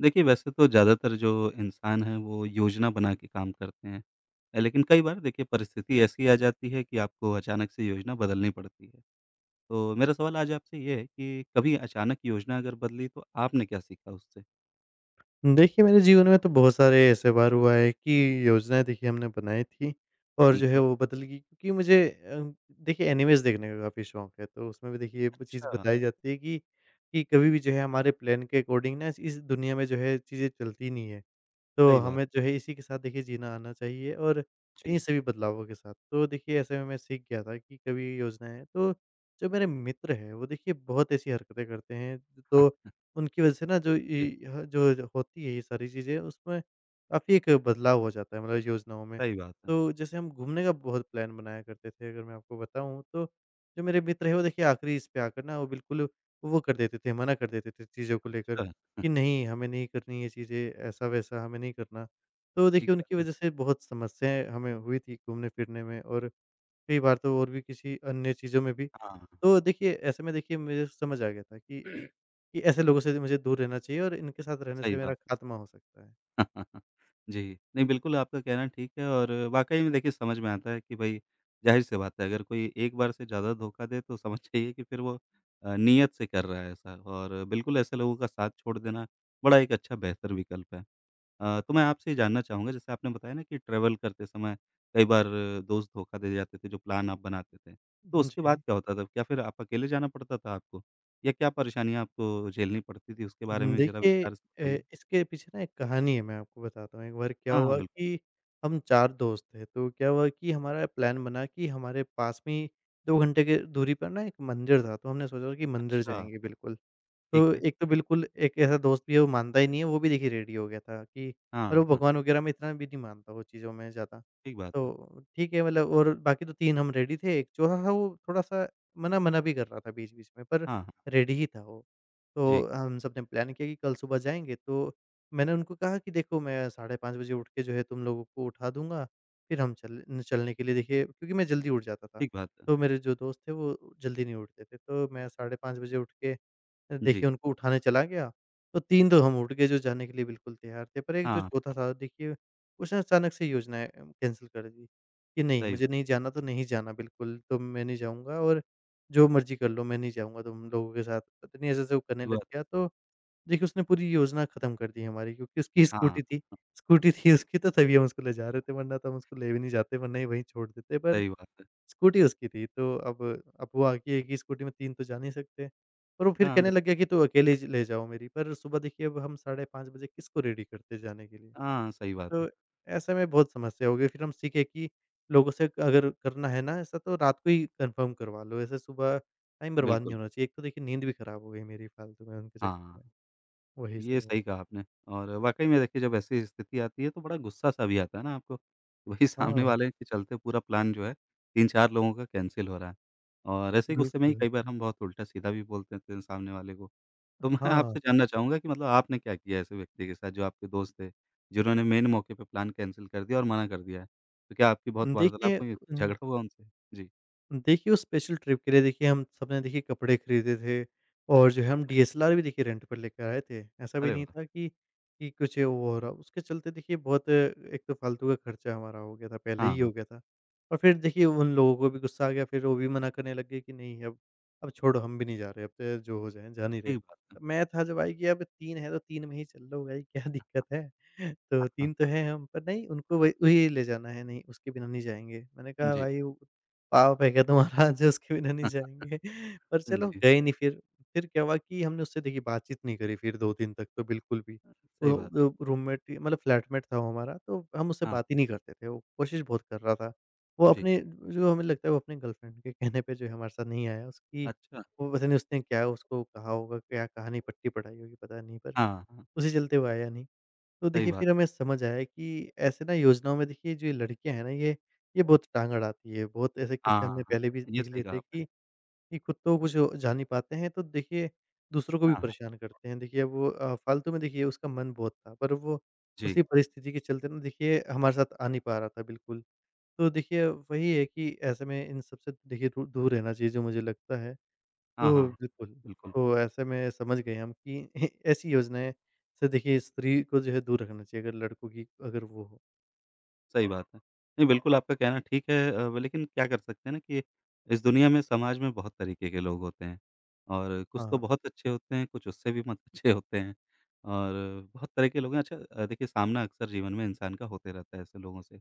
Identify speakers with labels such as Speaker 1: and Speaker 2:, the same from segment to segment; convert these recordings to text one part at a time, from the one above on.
Speaker 1: देखिए, वैसे तो ज़्यादातर जो इंसान हैं, वो योजना बना के काम करते हैं। लेकिन कई बार देखिए परिस्थिति ऐसी आ जाती है कि आपको अचानक से योजना बदलनी पड़ती है। तो मेरा सवाल आज आपसे ये है कि कभी अचानक योजना अगर बदली तो आपने क्या सीखा उससे?
Speaker 2: देखिए, मेरे जीवन में तो बहुत सारे ऐसे बार हुआ है कि योजनाएँ देखिए हमने बनाई थी और जो
Speaker 1: ठीक
Speaker 2: है
Speaker 1: है।
Speaker 2: वो बदल गई क्योंकि मुझे देखिए एनिमेज़ देखने का काफ़ी शौक है। तो उसमें भी देखिए ये चीज़
Speaker 1: अच्छा,
Speaker 2: बताई जाती है कि कभी भी जो है हमारे प्लान के अकॉर्डिंग ना इस दुनिया में जो है चीज़ें चलती नहीं है। तो
Speaker 1: सही बात।
Speaker 2: हमें जो है इसी के साथ देखिए जीना आना चाहिए और इन्हीं
Speaker 1: जी,
Speaker 2: सभी बदलावों के साथ। तो देखिए ऐसे में मैं सीख गया था कि कभी योजनाएँ तो जो मेरे मित्र हैं वो देखिए बहुत ऐसी हरकतें करते हैं, तो उनकी वज़ह से ना जो
Speaker 1: जी,
Speaker 2: इ ह जो जो होती है ये सारी चीज़ें उसमें काफ़ी एक बदलाव हो जाता है मतलब योजनाओं में।
Speaker 1: सही बात है।
Speaker 2: तो जैसे हम घूमने का बहुत प्लान बनाया करते थे अगर मैं आपको बताऊँ तो जो मेरे मित्र हैं वो देखिए आखिरी इस पे आकर ना वो बिल्कुल वो कर देते थे, मना कर देते थे चीज़ों को लेकर।
Speaker 1: अच्छा,
Speaker 2: कि नहीं, हमें नहीं करनी ये चीज़ें, ऐसा-वैसा हमें नहीं करना। तो
Speaker 1: ठीक
Speaker 2: देखिए उनकी
Speaker 1: बात है।
Speaker 2: वजह से बहुत समस्याएँ हमें हुई थी घूमने-फिरने में और कई बार तो और भी किसी अन्य चीज़ों में भी।
Speaker 1: हाँ,
Speaker 2: तो देखिए ऐसे में देखिए मुझे समझ आ गया था कि ऐसे लोगों से मुझे दूर रहना चाहिए और इनके साथ रहने
Speaker 1: सही
Speaker 2: से मेरा
Speaker 1: बात है।
Speaker 2: खात्मा हो सकता है।
Speaker 1: जी। नहीं, बिल्कुल आपका कहना ठीक है और वाक़ई में देखिए समझ में आता है कि भई ज़ाहिर-सी बात है अगर कोई एक बार से ज़्यादा धोखा दे तो समझ जाइए कि फिर वो नीयत से कर रहा है ऐसा और बिल्कुल ऐसे लोगों का साथ छोड़ देना बड़ा एक अच्छा बेहतर विकल्प है। तो मैं आपसे ये जानना चाहूँगा जैसे आपने बताया ना कि ट्रैवल करते समय कई बार दोस्त धोखा दे जाते थे जो प्लान आप बनाते थे। तो
Speaker 2: हुँ,
Speaker 1: उसके बाद
Speaker 2: जी।
Speaker 1: क्या होता था? क्या फिर आप अकेले जाना पड़ता था आपको? या क्या परेशानियाँ आपको झेलनी पड़ती थी उसके बारे में ज़रा
Speaker 2: देखिए,
Speaker 1: विस्तार से बताइए?
Speaker 2: इसके पीछे ना एक कहानी है, मैं आपको बताता हूँ। एक बार क्या
Speaker 1: हाँ, हाँ,
Speaker 2: हुआ
Speaker 1: बिल्कुल।
Speaker 2: कि हम 4 दोस्त थे, तो क्या हुआ कि हमारा प्लान बना कि हमारे पास में ही 2 घंटे के दूरी पर ना एक मंदिर था, तो हमने सोचा कि मंदिर
Speaker 1: अच्छा।
Speaker 2: जाएँगे बिल्कुल।
Speaker 1: ठीक
Speaker 2: तो
Speaker 1: है।
Speaker 2: एक तो बिल्कुल एक ऐसा दोस्त भी है वो मानता ही नहीं है, वो भी देखिए रेडी हो गया था कि, और वो
Speaker 1: हाँ, हाँ,
Speaker 2: भगवान वगैरह में इतना भी नहीं मानता वो चीज़ों में ज़्यादा।
Speaker 1: ठीक बात है।
Speaker 2: तो ठीक है मतलब, और बाकी तो 3 हम रेडी थे, एक चौथा था वो थोड़ा-सा मना-मना भी कर रहा था बीच-बीच में पर
Speaker 1: हाँ, हाँ,
Speaker 2: रेडी ही था वो। तो
Speaker 1: जी,
Speaker 2: हम सबने प्लान किया कि कल सुबह जाएँगे, तो मैंने उनको कहा कि देखो, मैं साढ़े 5 बजे उठ के जो है तुम लोगों को उठा दूँगा, फिर हम चल न चलने के लिए देखिए क्योंकि मैं जल्दी उठ जाता था,
Speaker 1: ठीक बात है।
Speaker 2: तो मेरे जो दोस्त थे वो जल्दी नहीं उठते थे। तो मैं साढ़े 5 बजे उठ के
Speaker 1: जी,
Speaker 2: देखिए उनको उठाने चला गया, तो 3 तो हम उठ गए जो जाने के लिए बिल्कुल तैयार थे, पर एक जो
Speaker 1: हाँ,
Speaker 2: चौथा था देखिए उसने अचानक से योजना कैंसल कर दी, कि नहीं
Speaker 1: सही
Speaker 2: मुझे
Speaker 1: बात
Speaker 2: नहीं जाना तो नहीं जाना बिल्कुल, तो मैं नहीं जाऊँगा और जो मर्ज़ी कर लो, मैं नहीं जाऊँगा तुम लोगों के साथ। पता नहीं ऐसे-ऐसे वो करने
Speaker 1: की
Speaker 2: लग
Speaker 1: बात
Speaker 2: गया,
Speaker 1: है।
Speaker 2: तो देखिए उसने पूरी योजना ख़त्म कर दी हमारी क्योंकि उसकी
Speaker 1: हाँ,
Speaker 2: स्कूटी थी, स्कूटी थी
Speaker 1: जी,
Speaker 2: उसकी, तो तभी हम उसको ले जा रहे थे, वरना तो हम उसको ले भी नहीं जाते, वरना ही वहीं छोड़ देते, पर
Speaker 1: सही बात है।
Speaker 2: स्कूटी उसकी थी, तो अब वो आकी एक ही स्कूटी में 3 तो जा नहीं सकते। पर वो फिर
Speaker 1: हाँ,
Speaker 2: कहने लग
Speaker 1: बिल्कुल।
Speaker 2: गया कि तू अकेले ही ज ले जाओ मेरी, पर सुबह देखिए अब हम 5:30 बजे किसको रेडी करते जाने के लिए?
Speaker 1: हाँ, सही बात है।
Speaker 2: तो ऐसे में बहुत समस्या हो गई, फिर हम सीखे कि लोगों से अगर करना है ना ऐसा तो रात को ही कन्फर्म करवा लो, ऐसे सुबह टाइम बर्बाद
Speaker 1: बिल्कुल,
Speaker 2: नहीं होना चाहिए। एक तो देखिए नींद भी खराब हो गई मेरी फालतू में उनके
Speaker 1: हाँ।
Speaker 2: चक्कर में, वही
Speaker 1: ये
Speaker 2: सब है।
Speaker 1: सही कहा आपने और वाक़ई में देखिए जब ऐसी स्थिति आती है तो बड़ा गुस्सा-सा भी आता है ना आपको, वही सामने
Speaker 2: हाँ,
Speaker 1: वाले के चलते पूरा प्लान जो है 3-4 लोगों का कैंसल हो रहा है और ऐसे ही गुस्से में ही
Speaker 2: बिल्कुल।
Speaker 1: कई बार हम बहुत उल्टा-सीधा भी बोल देते हैं सामने वाले को। तो मैं
Speaker 2: हाँ,
Speaker 1: आपसे जानना चाहूँगा कि मतलब आपने क्या किया ऐसे व्यक्ति के साथ जो आपके दोस्त थे, जिन्होंने मेन मौके पे प्लान कैंसल कर दिया और मना कर दिया है? तो क्या आपकी बहुत वार्तालाप
Speaker 2: देखिए,
Speaker 1: हुई, कुछ झगड़ा हुआ उनसे? जी,
Speaker 2: उस स्पेशल ट्रिप के लिए देखिए हम सबने देखिए कपड़े खरीदे थे और जो है हम डीएसएलआर भी देखिए रेंट पर लेकर आए थे। ऐसा भी
Speaker 1: अरे
Speaker 2: नहीं
Speaker 1: वाह!
Speaker 2: था कि कुछ वो हो रहा। उसके चलते देखिए बहुत एक तो फालतू का खर्चा हमारा हो गया था, पहले
Speaker 1: हाँ,
Speaker 2: ही
Speaker 1: हाँ,
Speaker 2: हो गया था, और फिर देखिए उन लोगों को भी गुस्सा आ गया, फिर वो भी मना करने लग गए कि नहीं अब छोड़ो हम भी नहीं जा रहे, अब तो जो हो जाए जा नहीं रहे।
Speaker 1: ठीक बात है।
Speaker 2: तो मैं था जो भाई कि अब 3 है तो 3 में ही चल लो भाई, क्या दिक्कत है?
Speaker 1: हाँ,
Speaker 2: तो 3 तो
Speaker 1: हाँ,
Speaker 2: है हम, पर नहीं उनको
Speaker 1: हाँ,
Speaker 2: वही वही ले जाना है, नहीं उसके बिना नहीं जाएँगे। मैंने
Speaker 1: हाँ,
Speaker 2: कहा
Speaker 1: जी,
Speaker 2: भाई, पाप है क्या तुम्हारा जो उसके बिना नहीं
Speaker 1: हाँ,
Speaker 2: जाएँगे? पर चलो,
Speaker 1: जी,
Speaker 2: गए नहीं फिर। फिर क्या हुआ कि हमने उससे देखिए बातचीत नहीं करी फिर 2 दिन तक तो बिल्कुल भी।
Speaker 1: सही
Speaker 2: वो
Speaker 1: बात।
Speaker 2: वो रूममेट ही मतलब फ्लैटमेट था वो हमारा, तो हम उससे
Speaker 1: हाँ,
Speaker 2: बात ही नहीं करते थे, वो कोशिश बहुत कर रहा था। वो
Speaker 1: जी,
Speaker 2: अपने, जो हमें लगता है वो अपने गर्लफ्रेंड के कहने पे जो है हमारे साथ नहीं आया, उसकी
Speaker 1: अच्छा।
Speaker 2: वो पता नहीं, उसने क्या उसको कहा होगा, क्या कहानी पट्टी पढ़ाई होगी पता नहीं, पर
Speaker 1: हाँ, हाँ,
Speaker 2: उसी चलते वो आया नहीं। तो
Speaker 1: सही
Speaker 2: देखिए
Speaker 1: बात।
Speaker 2: फिर हमें समझ आया कि ऐसे ना योजनाओं में देखिए जो ये लड़कियाँ हैं ना, ये बहुत टांग अड़ाती है। बहुत ऐसे
Speaker 1: हाँ,
Speaker 2: किस्से हमने
Speaker 1: हाँ, हाँ,
Speaker 2: पहले भी
Speaker 1: ये
Speaker 2: देख
Speaker 1: सही
Speaker 2: लिए
Speaker 1: कहा
Speaker 2: थे कि
Speaker 1: आपने।
Speaker 2: ये खुद तो कुछ जान नहीं पाते हैं तो देखिए दूसरों को भी
Speaker 1: हाँ, हाँ,
Speaker 2: परेशान करते हैं। देखिए अब वो फालतू में देखिए उसका मन बहुत था पर वो
Speaker 1: जी।
Speaker 2: उसी परिस्थिति के चलते ना देखिए हमारे साथ आ नहीं पा रहा था बिल्कुल। तो देखिए वही है कि ऐसे में इन सब से देखिए दू दूर रहना चाहिए, जो मुझे लगता है।
Speaker 1: हाँ,
Speaker 2: तो
Speaker 1: हाँ,
Speaker 2: बिल्कुल,
Speaker 1: बिल्कुल,
Speaker 2: तो ऐसे में समझ गए हम कि ऐसी योजनाएँ से देखिए स्त्री को जो है दूर रखना चाहिए अगर लड़कों की अगर वो हो।
Speaker 1: सही बात है। नहीं, बिल्कुल आपका कहना ठीक है लेकिन क्या कर सकते हैं ना कि इस दुनिया में, समाज में बहुत तरीके के लोग होते हैं और कुछ तो
Speaker 2: हाँ,
Speaker 1: बहुत अच्छे होते हैं, कुछ उससे भी मत अच्छे होते हैं और बहुत तरह के लोग हैं। अच्छा देखिए सामना अक्सर जीवन में इंसान का होते रहता है ऐसे लोगों से।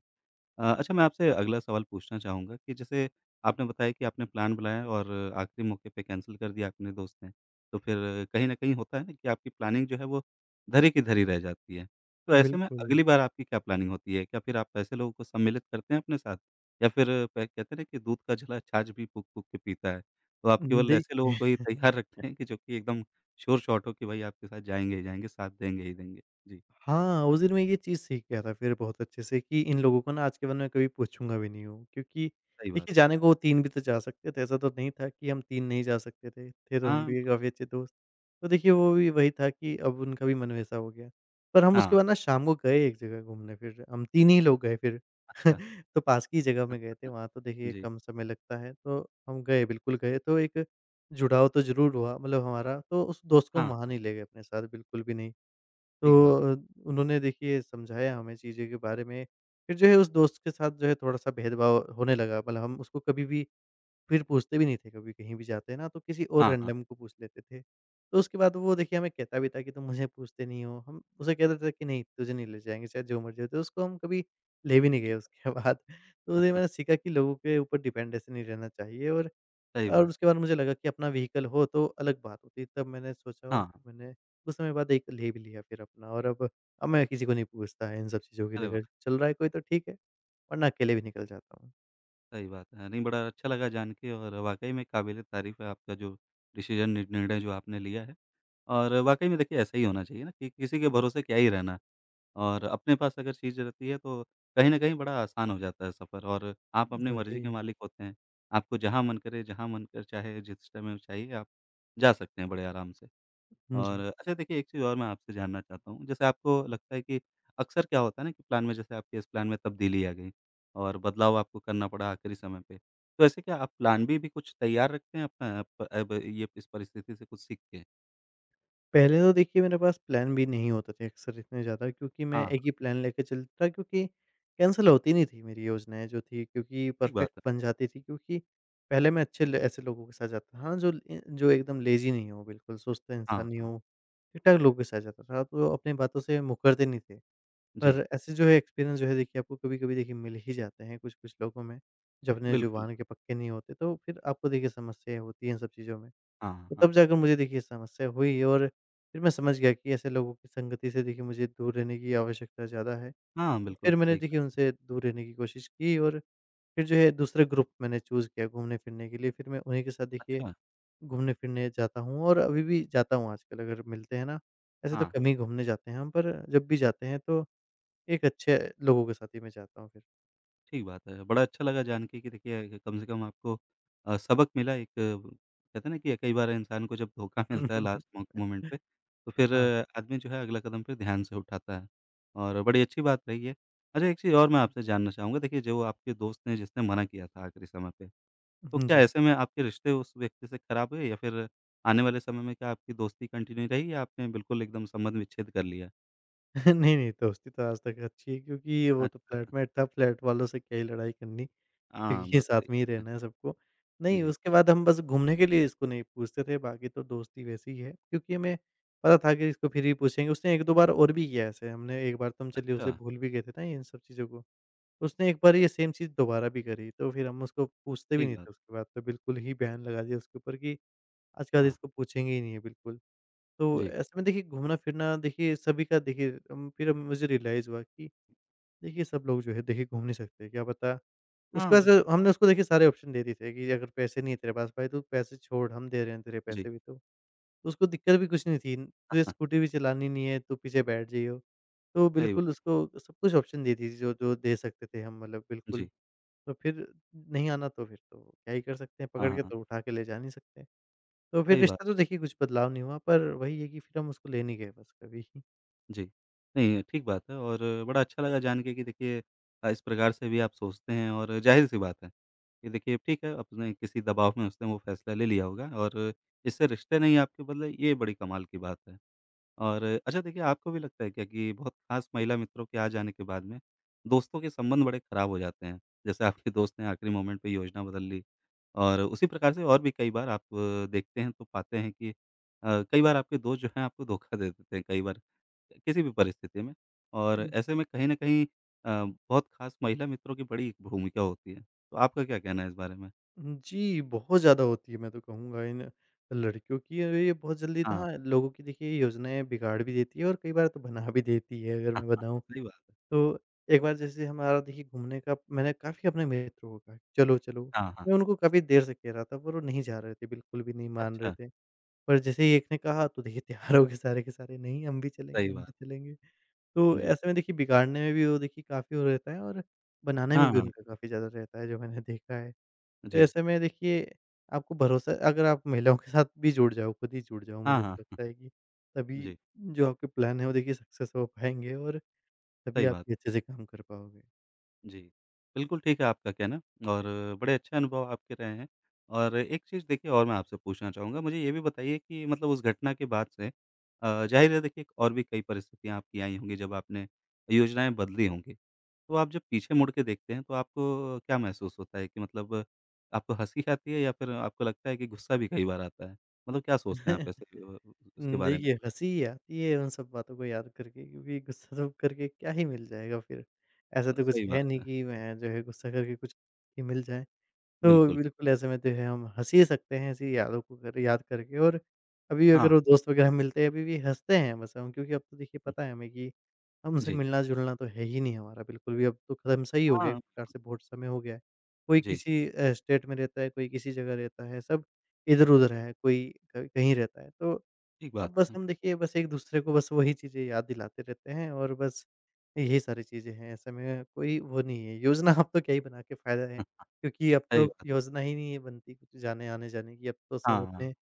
Speaker 1: अच्छा मैं आपसे अगला सवाल पूछना चाहूँगा कि जैसे आपने बताया कि आपने प्लान बनाया और आखिरी मौके पे कैंसल कर दिया अपने दोस्त ने। तो फिर कहीं न कहीं होता है ना कि आपकी प्लानिंग जो है वो धरी की धरी रह जाती है। तो ऐसे में
Speaker 2: बिल्कुल।
Speaker 1: अगली बार आपकी क्या प्लानिंग होती है? क्या फिर आप ऐसे लोगों को सम्मिलित करते हैं अपने साथ? या फिर प कहते हैं ना कि दूध का झला छाछ भी फूँक-फूँक के पीता है। तो आप केवल ऐसे लोगों
Speaker 2: देखिए,
Speaker 1: को ही तैयार रखते हैं कि जो कि एकदम शोर-शॉट हो कि भाई आपके साथ जाएँगे ही जाएँगे, साथ देंगे ही देंगे? जी,
Speaker 2: हाँ, उस दिन मैं ये चीज़ सीख गया था फिर बहुत अच्छे से कि इन लोगों को ना आज के बाद मैं कभी पूछूँगा भी नहीं हूँ। क्योंकि
Speaker 1: सही बात
Speaker 2: देखिए
Speaker 1: है।
Speaker 2: जाने को वो 3 भी तो जा सकते थे, ऐसा तो नहीं था कि हम 3 नहीं जा सकते थे तो हम
Speaker 1: हाँ,
Speaker 2: भी काफ़ी अच्छे दोस्त। तो देखिए वो भी वही था कि अब उनका भी मन वैसा हो गया। पर हम
Speaker 1: हाँ,
Speaker 2: उसके बाद ना शाम को गए एक जगह घूमने फिर, हम 3 ही लोग गए फिर।
Speaker 1: अच्छा।
Speaker 2: तो पास की जगह में गए थे, वहाँ तो देखिए
Speaker 1: जी,
Speaker 2: कम समय लगता है, तो हम गए बिल्कुल, गए तो एक जुड़ाव तो ज़रूर हुआ मतलब हमारा, तो उस दोस्त को हम वहाँ
Speaker 1: हाँ।
Speaker 2: नहीं ले गए अपने साथ बिल्कुल भी नहीं। तो
Speaker 1: ठीक बात।
Speaker 2: उन्होंने देखिए समझाया हमें चीज़ों के बारे में, फिर जो है उस दोस्त के साथ जो है थोड़ा-सा भेदभाव होने लगा, मतलब हम उसको कभी भी फिर पूछते भी नहीं थे, कभी कहीं भी जाते हैं ना तो किसी और
Speaker 1: हाँ, हाँ।
Speaker 2: रैंडम को पूछ लेते थे। तो उसके बाद वो देखिए हमें कहता भी था कि तुम मुझे पूछते नहीं हो, हम उसे कहते थे कि नहीं तुझे नहीं ले जाएँगे चाहे जो मर्ज़ी हो, तो उसको हम कभी ले भी नहीं गए उसके बाद। तो ये मैंने सीखा कि लोगों के ऊपर डिपेंड ऐसे नहीं रहना चाहिए, और
Speaker 1: सही
Speaker 2: और
Speaker 1: बात
Speaker 2: उसके
Speaker 1: है।
Speaker 2: बाद मुझे लगा कि अपना व्हीकल हो तो अलग बात होती, तब मैंने सोचा और
Speaker 1: हाँ,
Speaker 2: मैंने कुछ समय बाद एक ले भी लिया फिर अपना, और अब मैं किसी को नहीं पूछता है इन सब चीज़ों को
Speaker 1: अरे वाह!
Speaker 2: लेकर, चल रहा है कोई तो ठीक है वरना अकेले भी निकल जाता हूँ।
Speaker 1: सही बात है। नहीं, बड़ा अच्छा लगा जान के और वाक़ई में काबिल-ए-तारीफ़ है आपका जो डिसीज़न नि निर्णय जो आपने लिया है। और वाक़ई में देखिए ऐसा ही होना चाहिए ना कि किसी के भरोसे क्या ही रहना और अपने पास अगर चीज़ रहती है तो कहीं न कहीं बड़ा आसान हो जाता है सफ़र और आप अपनी मर्ज़ी के
Speaker 2: वही।
Speaker 1: मालिक होते हैं। आपको जहाँ मन करे, जहाँ मन कर चाहे, जिस समय चाहिए आप जा सकते हैं बड़े आराम से। और
Speaker 2: जी।
Speaker 1: अच्छा देखिए एक चीज़ और मैं आपसे जानना चाहता हूँ, जैसे आपको लगता है कि अक्सर क्या होता है ना कि प्लान में जैसे आपके इस प्लान में तब्दीली आ गई और बदलाव आपको करना पड़ा आखिरी समय पे। तो ऐसे क्या आप प्लान बी भी कुछ तैयार रखते हैं अपना अप अब ये इस परिस्थिति से कुछ सीख के?
Speaker 2: पहले तो देखिए मेरे पास प्लान भी नहीं होते थे अक्सर इतने ज़्यादा, क्योंकि
Speaker 1: हाँ,
Speaker 2: मैं
Speaker 1: हाँ,
Speaker 2: एक ही प्लान लेके चलता, क्योंकि कैंसल होती नहीं थी मेरी योजनाएँ जो थी, क्योंकि
Speaker 1: ठीक बात
Speaker 2: परफेक्ट
Speaker 1: है।
Speaker 2: बन जाती थी, क्योंकि पहले मैं अच्छे ल ऐसे लोगों के साथ जाता था हाँ, जो एकदम लेज़ी नहीं हो, बिल्कुल सुस्त
Speaker 1: हाँ,
Speaker 2: इंसान नहीं
Speaker 1: हाँ।
Speaker 2: हो, ठीक-ठाक लोगों के साथ जाता था तो अपनी बातों से मुकरते नहीं थे।
Speaker 1: जी,
Speaker 2: पर ऐसे जो है एक्सपीरियंस जो है देखिए आपको कभी-कभी देखिए मिल ही जाते हैं कुछ-कुछ लोगों में, जो अपने
Speaker 1: बिल्कुल।
Speaker 2: ज़ुबान के पक्के नहीं होते, तो फिर आपको देखिए समस्याएँ होती हैं इन सब चीज़ों में।
Speaker 1: हाँ, हाँ,
Speaker 2: तो तब
Speaker 1: हाँ।
Speaker 2: जाकर मुझे देखिए समस्या हुई और फिर मैं समझ गया कि ऐसे लोगों की संगति से देखिए मुझे दूर रहने की आवश्यकता ज़्यादा है।
Speaker 1: हाँ,
Speaker 2: तो
Speaker 1: बिल्कुल
Speaker 2: फिर मैंने
Speaker 1: सही
Speaker 2: देखिए
Speaker 1: कहा।
Speaker 2: उनसे दूर रहने की कोशिश की और फिर जो है दूसरे ग्रुप मैंने चूज़ किया घूमने-फिरने के लिए। फिर मैं उन्हीं के साथ देखिए
Speaker 1: अच्छा।
Speaker 2: घूमने-फिरने जाता हूँ और अभी भी जाता हूँ आजकल, अगर मिलते हैं ना, ऐसे तो
Speaker 1: हाँ, हाँ।
Speaker 2: कम ही घूमने जाते हैं हम, पर जब भी जाते हैं तो एक अच्छे लोगों के साथ ही मैं जाता हूँ फिर।
Speaker 1: ठीक बात है। बड़ा अच्छा लगा जान के कि देखिए कम से कम आपको सबक मिला एक कहते हैं ना कि कई बार इंसान को जब धोखा मिलता है लास्ट मो मोमेंट पे, तो फिर
Speaker 2: हाँ।
Speaker 1: आदमी जो है अगला कदम फिर ध्यान से उठाता है और बड़ी अच्छी बात रही है। अच्छा एक चीज़ और मैं आपसे जानना चाहूँगा देखिए जो आपके दोस्त ने जिसने मना किया था आखिरी समय पे, तो
Speaker 2: हुँ,
Speaker 1: क्या
Speaker 2: जी।
Speaker 1: ऐसे में आपके रिश्ते उस व्यक्ति से खराब हुए या फिर आने वाले समय में क्या आपकी दोस्ती कंटिन्यू रही या आपने बिल्कुल एकदम संबंध विच्छेद कर लिया?
Speaker 2: नहीं, नहीं दोस्ती तो आज तक अच्छी है, क्योंकि
Speaker 1: अ,
Speaker 2: वो तो फ्लैटमेट था, फ्लैट वालों से क्या ही लड़ाई करनी। क्योंकि
Speaker 1: हाँ,
Speaker 2: ये
Speaker 1: बात
Speaker 2: साथ
Speaker 1: सही
Speaker 2: में ही
Speaker 1: है।
Speaker 2: रहना है सबको। नहीं,
Speaker 1: जी,
Speaker 2: उसके बाद हम बस घूमने के लिए इसको नहीं पूछते थे, बाकी तो दोस्ती वैसे ही है, क्योंकि हमें पता था कि इसको फिर ही पूछेंगे। उसने 1-2 बार और भी किया ऐसे, हमने एक बार तो हम चलिए
Speaker 1: अच्छा,
Speaker 2: उसे भूल भी गए थे ना इन सब चीज़ों को। उसने एक बार ये सेम चीज़ दोबारा भी करी, तो फिर हम उसको पूछते भी
Speaker 1: ठीक
Speaker 2: नहीं
Speaker 1: बात।
Speaker 2: थे उसके बाद, तो बिल्कुल ही बैन लगा दिया उसके ऊपर कि आज के बाद
Speaker 1: हाँ,
Speaker 2: इसको पूछेंगे ही नहीं है बिल्कुल। तो
Speaker 1: जी।
Speaker 2: ऐसे में देखिए घूमना-फिरना देखिए सभी का देखिए फिर मुझे रियलाइज़ हुआ कि देखिए, सब लोग जो है देखिए घूम नहीं सकते, क्या पता।
Speaker 1: हाँ,
Speaker 2: उसके बाद से
Speaker 1: बिल्कुल।
Speaker 2: हमने उसको देखिए सारे ऑप्शन दे दिए थे कि अगर पैसे नहीं है तेरे पास भाई, तू पैसे छोड़, हम दे रहे हैं तेरे
Speaker 1: जी।
Speaker 2: पैसे भी तो। उसको दिक्कत भी कुछ नहीं थी, तुझे स्कूटी भी चलानी नहीं है, तू पीछे बैठ जाइयो। तो
Speaker 1: सही
Speaker 2: बिल्कुल
Speaker 1: बात।
Speaker 2: उसको सब कुछ ऑप्शन दे दी थी जो जो दे सकते थे हम, मतलब बिल्कुल।
Speaker 1: जी।
Speaker 2: तो फिर नहीं आना तो फिर तो क्या ही कर सकते हैं,
Speaker 1: हाँ,
Speaker 2: पकड़
Speaker 1: हाँ,
Speaker 2: के
Speaker 1: हाँ,
Speaker 2: तो उठा के ले जा नहीं सकते। तो फिर
Speaker 1: सही बात।
Speaker 2: रिश्ता तो देखिए कुछ बदलाव नहीं हुआ, पर वही है कि फिर हम उसको ले नहीं गए बस कभी।
Speaker 1: जी। नहीं, ठीक बात है और बड़ा अच्छा लगा जान के कि देखिए इस प्रकार से भी आप सोचते हैं और ज़ाहिर-सी बात है कि देखिए ठीक है, आपने किसी दबाव में उसने वो फ़ैसला ले लिया होगा और इससे रिश्ते नहीं आपके बदले, ये बड़ी कमाल की बात है। और अच्छा देखिए आपको भी लगता है क्या कि बहुत ख़ास महिला मित्रों के आ जाने के बाद में दोस्तों के संबंध बड़े ख़राब हो जाते हैं? जैसे आपके दोस्त ने आखिरी मोमेंट पे योजना बदल ली और उसी प्रकार से और भी कई बार आप देखते हैं तो पाते हैं कि कई बार आपके दोस्त जो हैं आपको धोखा दे देते हैं कई बार, किसी भी परिस्थिति में और ऐसे में कहीं न कहीं बहुत खास महिला मित्रों की बड़ी भूमिका होती है। तो आपका क्या कहना है इस बारे में?
Speaker 2: जी, बहुत ज़्यादा होती है, मैं तो कहूँगा इन लड़कियों की, और ये बहुत जल्दी
Speaker 1: हाँ,
Speaker 2: ना लोगों की देखिए योजनाएँ बिगाड़ भी देती है और कई बार तो बना भी देती है, अगर
Speaker 1: हाँ,
Speaker 2: मैं
Speaker 1: हाँ,
Speaker 2: बताऊँ।
Speaker 1: सही बात है।
Speaker 2: तो एक बार जैसे हमारा देखिए घूमने का, मैंने काफ़ी अपने मित्रों को कहा चलो, चलो।
Speaker 1: हाँ, हाँ,
Speaker 2: मैं उनको काफ़ी देर से कह रहा था, पर वो नहीं जा रहे थे, बिल्कुल भी नहीं मान रहे
Speaker 1: अच्छा,
Speaker 2: थे। पर जैसे ही एक ने कहा तो देखिए तैयार हो गए सारे के सारे, नहीं हम भी चलेंगे,
Speaker 1: सही
Speaker 2: हम भी
Speaker 1: बात।
Speaker 2: चलेंगे। तो
Speaker 1: जी,
Speaker 2: ऐसे में देखिए बिगाड़ने में भी वो देखिए काफ़ी वो रहता है, और बनाने में
Speaker 1: हाँ,
Speaker 2: भी
Speaker 1: हाँ,
Speaker 2: उनका
Speaker 1: बिल्कुल।
Speaker 2: काफ़ी ज़्यादा रहता है, जो मैंने देखा है। तो
Speaker 1: जी,
Speaker 2: ऐसे में देखिए आपको भरोसा अगर आप महिलाओं के साथ भी जुड़ जाओ, खुद ही जुड़ जाओ,
Speaker 1: हाँ,
Speaker 2: मुझे
Speaker 1: हाँ,
Speaker 2: तो
Speaker 1: हाँ,
Speaker 2: लगता है कि तभी
Speaker 1: जी,
Speaker 2: जो आपके प्लान है वो देखिए सक्सेस हो पाएँगे, और तभी
Speaker 1: सही
Speaker 2: आप
Speaker 1: बात।
Speaker 2: भी अच्छे से काम कर पाओगे।
Speaker 1: जी। बिल्कुल ठीक है आपका कहना और बड़े अच्छे अनुभव आपके रहे हैं और एक चीज़ देखिए और मैं आपसे पूछना चाहूँगा, मुझे ये भी बताइए कि मतलब उस घटना के बाद से ज़ाहिर है देखिए और भी कई परिस्थितियाँ आपकी आई होंगी जब आपने योजनाएँ बदली होंगी। तो आप जब पीछे मुड़ के देखते हैं तो आपको क्या महसूस होता है कि मतलब आपको हँसी आती है या फिर आपको लगता है कि गुस्सा भी कई बार आता है? मतलब क्या सोचते हैं आप ऐसे उसके बारे में?
Speaker 2: देखिए हँसी आती है उन सब बातों को याद करके, क्योंकि गुस्सा तो करके क्या ही मिल जाएगा फिर? ऐसा तो कुछ
Speaker 1: सही
Speaker 2: है
Speaker 1: बात
Speaker 2: नहीं
Speaker 1: है,
Speaker 2: कि मैं जो है गुस्सा करके कुछ ही मिल जाए। तो
Speaker 1: बिल्कुल।
Speaker 2: बिल्कुल ऐसे में जो है हम हँस ही सकते हैं ऐसी यादों को कर याद करके। और अभी
Speaker 1: हाँ,
Speaker 2: अगर वो दोस्त वगैरह मिलते हैं अभी भी हँसते हैं बस हम, क्योंकि अब तो देखिए पता है हमें कि हमसे
Speaker 1: जी।
Speaker 2: मिलना-जुलना तो है ही नहीं हमारा, बिल्कुल भी। अब तो कदम सही हो गया एक
Speaker 1: हाँ,
Speaker 2: प्रकार से, बहुत समय हो गया है। कोई
Speaker 1: जी,
Speaker 2: किसी स्टेट में रहता है, कोई किसी जगह रहता है, सब इधर-उधर है, कोई क कहीं रहता है। तो
Speaker 1: ठीक बात
Speaker 2: अब बस
Speaker 1: है।
Speaker 2: हम देखिए बस एक-दूसरे को बस वही चीज़ें याद दिलाते रहते हैं, और बस यही सारी चीज़ें हैं। ऐसे में कोई वो नहीं है, योजना अब तो क्या ही बना के फ़ायदा है,
Speaker 1: हाँ,
Speaker 2: क्योंकि अब
Speaker 1: सही
Speaker 2: तो
Speaker 1: बात है।
Speaker 2: योजना ही नहीं है बनती कुछ जाने आने-जाने की, अब तो सब
Speaker 1: हाँ,
Speaker 2: अपने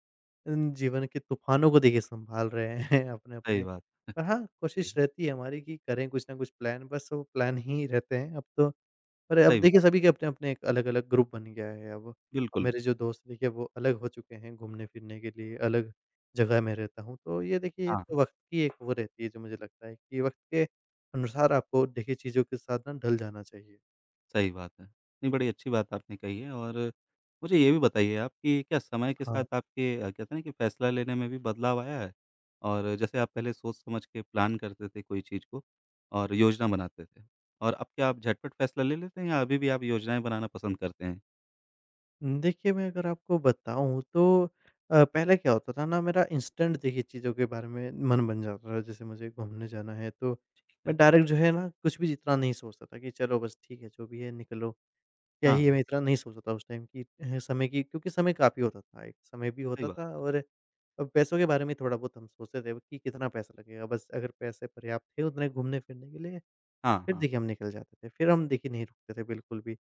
Speaker 2: जीवन के तूफानों को देखिए सँभाल रहे हैं
Speaker 1: सही
Speaker 2: अपने-अपने।
Speaker 1: बात,
Speaker 2: पर हाँ,
Speaker 1: है।
Speaker 2: कोशिश
Speaker 1: जी,
Speaker 2: रहती है हमारी कि करें कुछ ना कुछ प्लान, बस वो प्लान ही रहते हैं अब तो। पर अब
Speaker 1: सही बात,
Speaker 2: देखिए सभी के अपने-अपने एक अलग-अलग ग्रुप बन गया है अब। अब
Speaker 1: बिल्कुल,
Speaker 2: मेरे जो दोस्त देखिए वो अलग हो चुके हैं घूमने-फिरने के लिए, अलग जगह में रहता हूँ। तो ये देखिए
Speaker 1: हाँ,
Speaker 2: ये
Speaker 1: हाँ,
Speaker 2: तो वक़्त की एक वो रहती है, जो मुझे लगता है कि वक़्त के अनुसार आपको देखिए चीज़ों के साथ ना ढल जाना चाहिए।
Speaker 1: सही बात है। नहीं, बड़ी अच्छी बात आपने कही है और मुझे ये भी बताइए आप कि क्या समय के साथ
Speaker 2: हाँ।
Speaker 1: आपके कहते हैं ना कि फैसला लेने में भी बदलाव आया है? और जैसे आप पहले सोच-समझ के प्लान करते थे कोई चीज़ को और योजना बनाते थे और अब क्या आप झटपट फैसला ले लेते हैं या अभी भी आप योजनाएँ बनाना पसंद करते हैं?
Speaker 2: देखिए, मैं अगर आपको बताऊँ तो पहले क्या होता था ना, मेरा इंस्टेंट देखिए चीज़ों के बारे में मन बन जाता था। जैसे मुझे घूमने जाना है तो
Speaker 1: ठीक है,
Speaker 2: मैं डायरेक्ट जो है ना कुछ भी इतना नहीं सोचता था, कि चलो बस ठीक है जो भी है निकलो। क्या ही है,
Speaker 1: हाँ,
Speaker 2: मैं इतना नहीं सोचता था उस टाइम की, समय की, क्योंकि समय काफ़ी होता था। एक समय भी
Speaker 1: सही
Speaker 2: होता
Speaker 1: बात
Speaker 2: था,
Speaker 1: है।
Speaker 2: और पैसों के बारे में थोड़ा बहुत हम सोचते थे कि कितना पैसा लगेगा। बस अगर पैसे पर्याप्त थे उतने घूमने-फिरने के लिए,
Speaker 1: हाँ,
Speaker 2: फिर
Speaker 1: हाँ,
Speaker 2: देखिए हम निकल जाते थे। फिर हम देखिए नहीं रुकते थे बिल्कुल भी।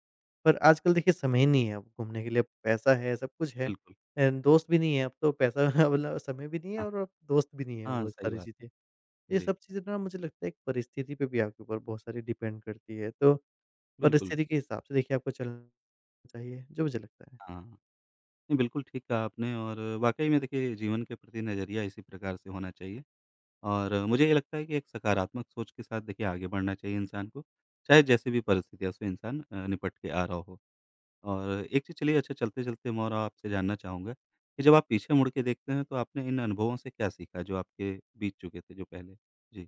Speaker 2: पर आजकल देखिए समय ही नहीं है अब घूमने के लिए, अब पैसा है, सब कुछ है।
Speaker 1: बिल्कुल,
Speaker 2: दोस्त भी नहीं है, अब तो पैसा मतलब समय भी नहीं है,
Speaker 1: हाँ,
Speaker 2: और अब दोस्त भी नहीं है,
Speaker 1: हाँ,
Speaker 2: वो
Speaker 1: सही
Speaker 2: सारी
Speaker 1: बात है।
Speaker 2: चीज़ें। ये
Speaker 1: जी,
Speaker 2: सब चीज़ें ना, मुझे लगता है एक परिस्थिति पे भी आपके ऊपर बहुत सारी डिपेंड करती है। तो
Speaker 1: बिल्कुल,
Speaker 2: परिस्थिति के हिसाब से देखिए आपको चलना चाहिए, जो मुझे लगता है।
Speaker 1: हाँ। नहीं, बिल्कुल ठीक कहा आपने और वाक़ई में देखिए जीवन के प्रति नज़रिया इसी प्रकार से होना चाहिए और मुझे ये लगता है कि एक सकारात्मक सोच के साथ देखिए आगे बढ़ना चाहिए इंसान को, चाहे जैसी भी परिस्थितियों से इंसान निपट के आ रहा हो। और एक चीज़ चलिए अच्छा चलते-चलते मैं और आपसे जानना चाहूँगा कि जब आप पीछे मुड़ के देखते हैं तो आपने इन अनुभवों से क्या सीखा जो आपके बीत चुके थे जो पहले? जी,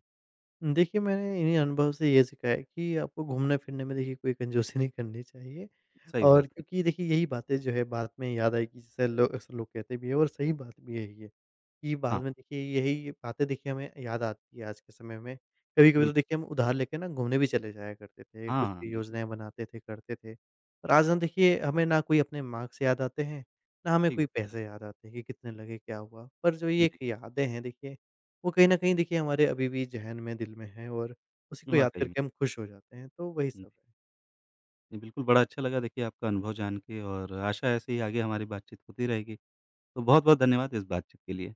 Speaker 2: देखिए, मैंने इन्हीं अनुभव से ये सीखा है कि आपको घूमने-फिरने में देखिए कोई कंजूसी नहीं करनी चाहिए।
Speaker 1: सही
Speaker 2: और
Speaker 1: बात है।
Speaker 2: क्योंकि देखिए यही बातें जो है बाद में याद आएगी, जैसे लो अक्सर लोग कहते भी हैं, और सही बात भी है ये। कि
Speaker 1: हाँ,
Speaker 2: बाद में देखिए यही बातें देखिए हमें याद आती है आज के समय में। कभी-कभी तो
Speaker 1: बिल्कुल
Speaker 2: देखिए हम उधार लेके ना घूमने भी चले जाया करते थे, कुछ
Speaker 1: हाँ, बिल्कुल,
Speaker 2: योजनाएँ बनाते थे, करते थे। और आज ना देखिए हमें ना कोई अपने मार्क्स याद आते हैं, ना हमें
Speaker 1: ठीक
Speaker 2: कोई
Speaker 1: बात है।
Speaker 2: पैसे याद आते हैं कि कितने लगे, क्या हुआ। पर जो ये एक
Speaker 1: जी,
Speaker 2: यादें हैं देखिए, वो कहीं न कहीं देखिए हमारे अभी भी ज़हन में, दिल में हैं, और उसी को याद
Speaker 1: वाक़ई
Speaker 2: करके हम खुश हो जाते हैं, तो वही
Speaker 1: में।
Speaker 2: सब है।
Speaker 1: जी, बिल्कुल, बड़ा अच्छा लगा देखिए आपका अनुभव जान के और आशा है ऐसे ही आगे हमारी बातचीत होती रहेगी। तो बहुत-बहुत धन्यवाद इस बातचीत के लिए।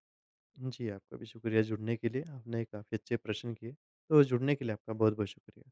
Speaker 2: जी, आपका भी शुक्रिया जुड़ने के लिए, आपने काफ़ी अच्छे प्रश्न किए। तो जुड़ने के लिए आपका बहुत-बहुत शुक्रिया।